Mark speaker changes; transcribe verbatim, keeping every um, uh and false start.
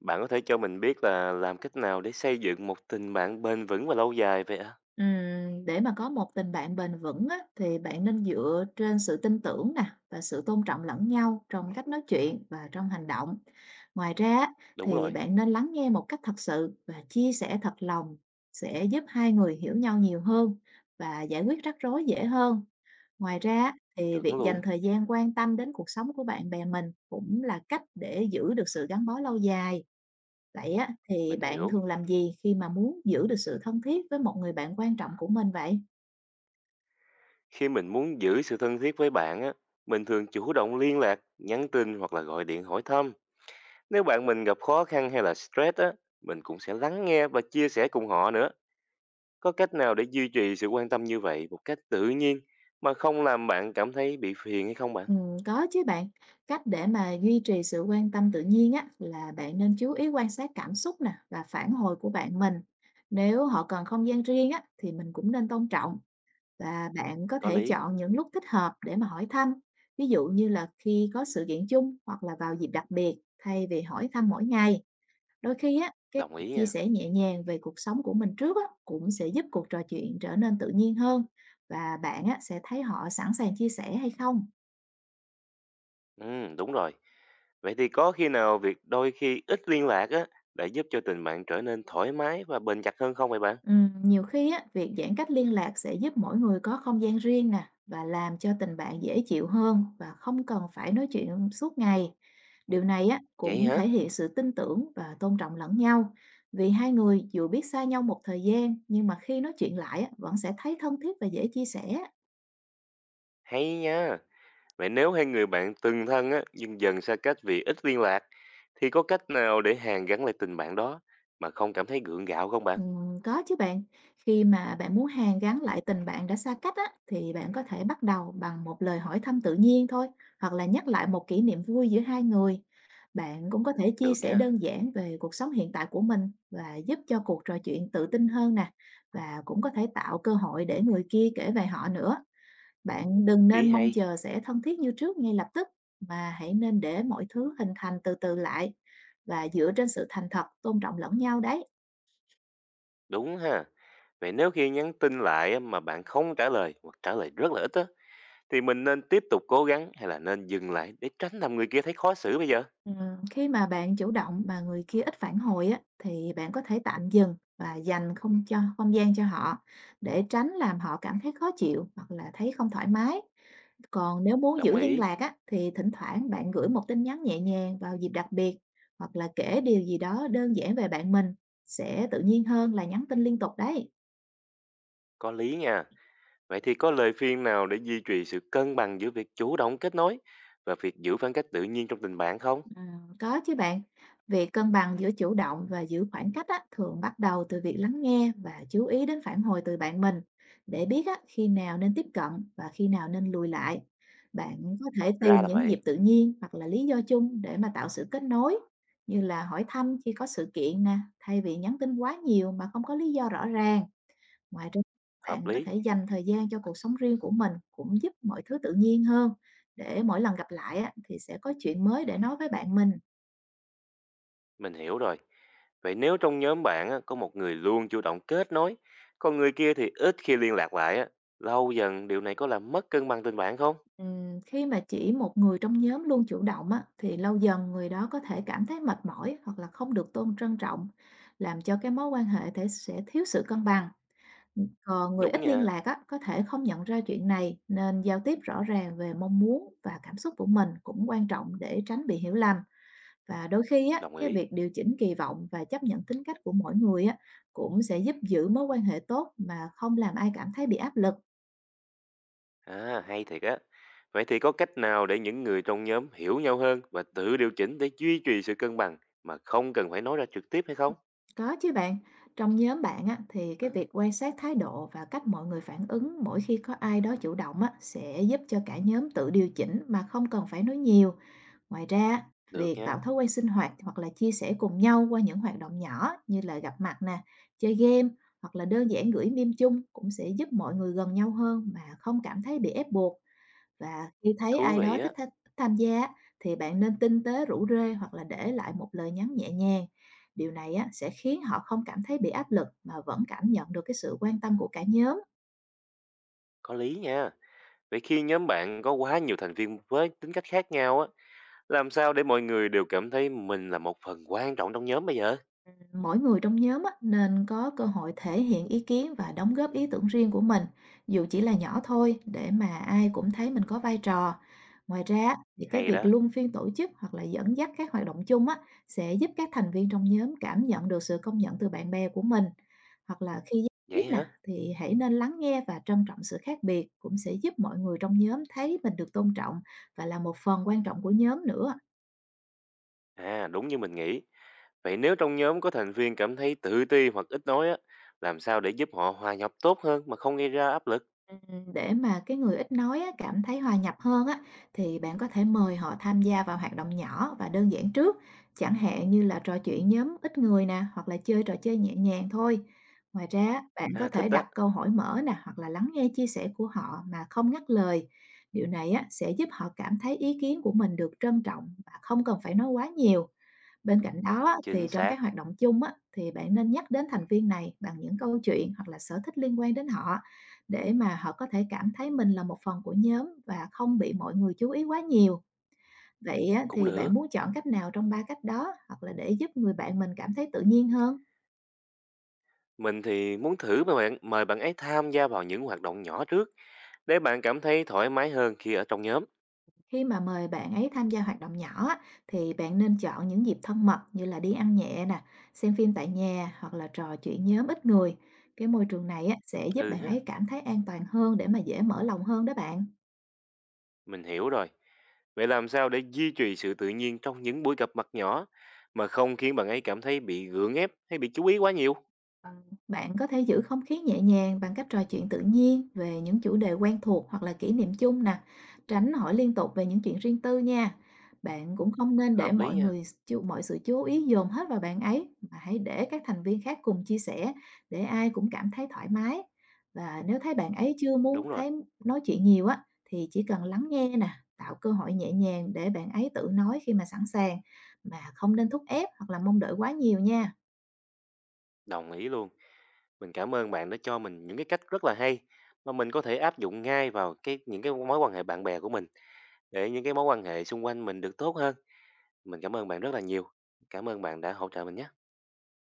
Speaker 1: Bạn có thể cho mình biết là làm cách nào để xây dựng một tình bạn bền vững và lâu dài vậy ạ?
Speaker 2: Ừm, để mà có một tình bạn bền vững á, thì bạn nên dựa trên sự tin tưởng nè và sự tôn trọng lẫn nhau trong cách nói chuyện và trong hành động. Ngoài ra á,
Speaker 1: Đúng
Speaker 2: thì
Speaker 1: rồi,
Speaker 2: bạn nên lắng nghe một cách thật sự và chia sẻ thật lòng sẽ giúp hai người hiểu nhau nhiều hơn và giải quyết rắc rối dễ hơn. Ngoài ra á, thì
Speaker 1: chuẩn
Speaker 2: việc dành
Speaker 1: luôn.
Speaker 2: thời gian quan tâm đến cuộc sống của bạn bè mình cũng là cách để giữ được sự gắn bó lâu dài. Vậy á, thì
Speaker 1: Mình
Speaker 2: bạn
Speaker 1: hiểu.
Speaker 2: thường làm gì khi mà muốn giữ được sự thân thiết với một người bạn quan trọng của mình vậy?
Speaker 1: Khi mình muốn giữ sự thân thiết với bạn á, mình thường chủ động liên lạc, nhắn tin hoặc là gọi điện hỏi thăm. Nếu bạn mình gặp khó khăn hay là stress á, mình cũng sẽ lắng nghe và chia sẻ cùng họ nữa. Có cách nào để duy trì sự quan tâm như vậy một cách tự nhiên mà không làm bạn cảm thấy bị phiền hay không bạn?
Speaker 2: Ừm, có chứ bạn. Cách để mà duy trì sự quan tâm tự nhiên á, là bạn nên chú ý quan sát cảm xúc nè và phản hồi của bạn mình. Nếu họ cần không gian riêng á, thì mình cũng nên tôn trọng và bạn có
Speaker 1: Có
Speaker 2: thể
Speaker 1: lý,
Speaker 2: chọn những lúc thích hợp để mà hỏi thăm. Ví dụ như là khi có sự kiện chung hoặc là vào dịp đặc biệt thay vì hỏi thăm mỗi ngày. Đôi khi á, cái
Speaker 1: đồng
Speaker 2: việc
Speaker 1: ý
Speaker 2: chia
Speaker 1: nha.
Speaker 2: sẻ nhẹ nhàng về cuộc sống của mình trước á, cũng sẽ giúp cuộc trò chuyện trở nên tự nhiên hơn và bạn á, sẽ thấy họ sẵn sàng chia sẻ hay không.
Speaker 1: Ừ đúng rồi. Vậy thì có khi nào việc đôi khi ít liên lạc á lại giúp cho tình bạn trở nên thoải mái và bền chặt hơn không vậy bạn?
Speaker 2: Ừm, nhiều khi á, việc giãn cách liên lạc sẽ giúp mỗi người có không gian riêng nè và làm cho tình bạn dễ chịu hơn và không cần phải nói chuyện suốt ngày. Điều này á,
Speaker 1: Vậy
Speaker 2: cũng
Speaker 1: hả?
Speaker 2: thể hiện sự tin tưởng và tôn trọng lẫn nhau vì hai người dù biết xa nhau một thời gian nhưng mà khi nói chuyện lại á, vẫn sẽ thấy thân thiết và dễ chia sẻ.
Speaker 1: Hay nha. Vậy nếu hai người bạn từng thân á nhưng dần xa cách vì ít liên lạc thì có cách nào để hàn gắn lại tình bạn đó mà không cảm thấy gượng gạo không bạn?
Speaker 2: Ừm, có chứ bạn. Khi mà bạn muốn hàn gắn lại tình bạn đã xa cách á, thì bạn có thể bắt đầu bằng một lời hỏi thăm tự nhiên thôi, hoặc là nhắc lại một kỷ niệm vui giữa hai người. Bạn cũng có thể chia
Speaker 1: Được
Speaker 2: sẻ
Speaker 1: nha.
Speaker 2: đơn giản về cuộc sống hiện tại của mình và giúp cho cuộc trò chuyện tự tin hơn nè. Và cũng có thể tạo cơ hội để người kia kể về họ nữa. Bạn đừng
Speaker 1: Ý
Speaker 2: nên mong
Speaker 1: hay.
Speaker 2: chờ sẽ thân thiết như trước ngay lập tức, mà hãy nên để mọi thứ hình thành từ từ lại và dựa trên sự thành thật, tôn trọng lẫn nhau đấy.
Speaker 1: Đúng ha. Vậy nếu khi nhắn tin lại á, mà bạn không trả lời hoặc trả lời rất là ít á thì mình nên tiếp tục cố gắng hay là nên dừng lại để tránh làm người kia thấy khó xử bây giờ?
Speaker 2: Ừm, khi mà bạn chủ động mà người kia ít phản hồi á, thì bạn có thể tạm dừng và dành không cho không gian cho họ để tránh làm họ cảm thấy khó chịu hoặc là thấy không thoải mái. Còn nếu muốn giữ
Speaker 1: Đồng
Speaker 2: liên
Speaker 1: ý.
Speaker 2: lạc á, thì thỉnh thoảng bạn gửi một tin nhắn nhẹ nhàng vào dịp đặc biệt hoặc là kể điều gì đó đơn giản về bạn mình sẽ tự nhiên hơn là nhắn tin liên tục đấy.
Speaker 1: Có lý nha. Vậy thì có lời khuyên nào để duy trì sự cân bằng giữa việc chủ động kết nối và việc giữ khoảng cách tự nhiên trong tình bạn không?
Speaker 2: Ừm, có chứ bạn. Việc cân bằng giữa chủ động và giữ khoảng cách á, thường bắt đầu từ việc lắng nghe và chú ý đến phản hồi từ bạn mình để biết á, khi nào nên tiếp cận và khi nào nên lùi lại. Bạn có thể tìm
Speaker 1: Ra là
Speaker 2: những dịp
Speaker 1: vậy,
Speaker 2: tự nhiên hoặc là lý do chung để mà tạo sự kết nối, như là hỏi thăm khi có sự kiện nè, thay vì nhắn tin quá nhiều mà không có lý do rõ ràng. Ngoài ra,
Speaker 1: hợp
Speaker 2: bạn có
Speaker 1: lý,
Speaker 2: thể dành thời gian cho cuộc sống riêng của mình cũng giúp mọi thứ tự nhiên hơn. Để mỗi lần gặp lại á, thì sẽ có chuyện mới để nói với bạn mình.
Speaker 1: mình hiểu rồi. Vậy nếu trong nhóm bạn á, có một người luôn chủ động kết nối, còn người kia thì ít khi liên lạc lại á, lâu dần điều này có làm mất cân bằng tình bạn không?
Speaker 2: Ừm, khi mà chỉ một người trong nhóm luôn chủ động á, thì lâu dần người đó có thể cảm thấy mệt mỏi hoặc là không được tôn trân trọng, làm cho cái mối quan hệ thể sẽ thiếu sự cân bằng. Còn người
Speaker 1: Đúng
Speaker 2: ít liên
Speaker 1: nha,
Speaker 2: lạc á, có thể không nhận ra chuyện này nên giao tiếp rõ ràng về mong muốn và cảm xúc của mình cũng quan trọng để tránh bị hiểu lầm. Và đôi khi á,
Speaker 1: đồng
Speaker 2: cái
Speaker 1: ý.
Speaker 2: việc điều chỉnh kỳ vọng và chấp nhận tính cách của mỗi người á, cũng sẽ giúp giữ mối quan hệ tốt mà không làm ai cảm thấy bị áp lực.
Speaker 1: À, hay thiệt á. Vậy thì có cách nào để những người trong nhóm hiểu nhau hơn và tự điều chỉnh để duy trì sự cân bằng mà không cần phải nói ra trực tiếp hay không?
Speaker 2: Có chứ bạn, trong nhóm bạn á, thì À, cái việc quan sát thái độ và cách mọi người phản ứng mỗi khi có ai đó chủ động á, sẽ giúp cho cả nhóm tự điều chỉnh mà không cần phải nói nhiều. Ngoài ra,
Speaker 1: Được
Speaker 2: việc tạo
Speaker 1: nha,
Speaker 2: thói quen sinh hoạt hoặc là chia sẻ cùng nhau qua những hoạt động nhỏ như là gặp mặt nè, chơi game hoặc là đơn giản gửi meme chung cũng sẽ giúp mọi người gần nhau hơn mà không cảm thấy bị ép buộc. Và khi thấy
Speaker 1: thú
Speaker 2: ai đó
Speaker 1: vị
Speaker 2: thích
Speaker 1: á.
Speaker 2: tham tham gia á, thì bạn nên tinh tế rủ rê hoặc là để lại một lời nhắn nhẹ nhàng. Điều này á, sẽ khiến họ không cảm thấy bị áp lực mà vẫn cảm nhận được cái sự quan tâm của cả nhóm.
Speaker 1: Có lý nha. Vậy khi nhóm bạn có quá nhiều thành viên với tính cách khác nhau á, làm sao để mọi người đều cảm thấy mình là một phần quan trọng trong nhóm bây giờ?
Speaker 2: Mỗi người trong nhóm á, nên có cơ hội thể hiện ý kiến và đóng góp ý tưởng riêng của mình, dù chỉ là nhỏ thôi, để mà ai cũng thấy mình có vai trò. Ngoài ra á, thì cái
Speaker 1: Hay
Speaker 2: việc
Speaker 1: đó.
Speaker 2: luân phiên tổ chức hoặc là dẫn dắt các hoạt động chung á, sẽ giúp các thành viên trong nhóm cảm nhận được sự công nhận từ bạn bè của mình. Hoặc là khi giao tiếp
Speaker 1: Vậy
Speaker 2: nè,
Speaker 1: hả?
Speaker 2: thì hãy nên lắng nghe và trân trọng sự khác biệt, cũng sẽ giúp mọi người trong nhóm thấy mình được tôn trọng và là một phần quan trọng của nhóm nữa.
Speaker 1: À, đúng như mình nghĩ. Vậy nếu trong nhóm có thành viên cảm thấy tự ti hoặc ít nói á, làm sao để giúp họ hòa nhập tốt hơn mà không gây ra áp lực?
Speaker 2: Ừm, để mà cái người ít nói á, cảm thấy hòa nhập hơn á, thì bạn có thể mời họ tham gia vào hoạt động nhỏ và đơn giản trước, chẳng hạn như là trò chuyện nhóm ít người nè, hoặc là chơi trò chơi nhẹ nhàng thôi. Ngoài ra, á, bạn có
Speaker 1: À, thích
Speaker 2: thể
Speaker 1: đó.
Speaker 2: đặt câu hỏi mở nè, hoặc là lắng nghe chia sẻ của họ mà không ngắt lời. Điều này á, sẽ giúp họ cảm thấy ý kiến của mình được trân trọng và không cần phải nói quá nhiều. Bên cạnh đó thì
Speaker 1: Chính
Speaker 2: trong
Speaker 1: xác.
Speaker 2: các hoạt động chung á, thì bạn nên nhắc đến thành viên này bằng những câu chuyện hoặc là sở thích liên quan đến họ để mà họ có thể cảm thấy mình là một phần của nhóm và không bị mọi người chú ý quá nhiều. Vậy á,
Speaker 1: Cũng
Speaker 2: thì bạn
Speaker 1: được.
Speaker 2: muốn chọn cách nào trong ba cách đó hoặc là để giúp người bạn mình cảm thấy tự nhiên hơn?
Speaker 1: Mình thì muốn thử mà bạn mời bạn ấy tham gia vào những hoạt động nhỏ trước để bạn cảm thấy thoải mái hơn khi ở trong nhóm.
Speaker 2: Khi mà mời bạn ấy tham gia hoạt động nhỏ á, thì bạn nên chọn những dịp thân mật như là đi ăn nhẹ nè, xem phim tại nhà hoặc là trò chuyện nhóm ít người. Cái môi trường này á, sẽ giúp
Speaker 1: Ừ
Speaker 2: bạn ấy
Speaker 1: ha.
Speaker 2: cảm thấy an toàn hơn để mà dễ mở lòng hơn đó bạn.
Speaker 1: Mình hiểu rồi. Vậy làm sao để duy trì sự tự nhiên trong những buổi gặp mặt nhỏ mà không khiến bạn ấy cảm thấy bị gượng ép hay bị chú ý quá nhiều?
Speaker 2: Ờ, Bạn có thể giữ không khí nhẹ nhàng bằng cách trò chuyện tự nhiên về những chủ đề quen thuộc hoặc là kỷ niệm chung nè, tránh hỏi liên tục về những chuyện riêng tư nha. Bạn cũng không nên để
Speaker 1: Hợp lý
Speaker 2: mọi
Speaker 1: Ừ. nha.
Speaker 2: người chú- mọi sự chú ý dồn hết vào bạn ấy mà hãy để các thành viên khác cùng chia sẻ để ai cũng cảm thấy thoải mái. Và nếu thấy bạn ấy chưa muốn
Speaker 1: Đúng rồi,
Speaker 2: thấy nói chuyện nhiều á thì chỉ cần lắng nghe nè, tạo cơ hội nhẹ nhàng để bạn ấy tự nói khi mà sẵn sàng mà không nên thúc ép hoặc là mong đợi quá nhiều nha.
Speaker 1: đồng ý luôn. Mình cảm ơn bạn đã cho mình những cái cách rất là hay mà mình có thể áp dụng ngay vào cái những cái mối quan hệ bạn bè của mình để những cái mối quan hệ xung quanh mình được tốt hơn. Mình cảm ơn bạn rất là nhiều. Cảm ơn bạn đã hỗ trợ mình nhé.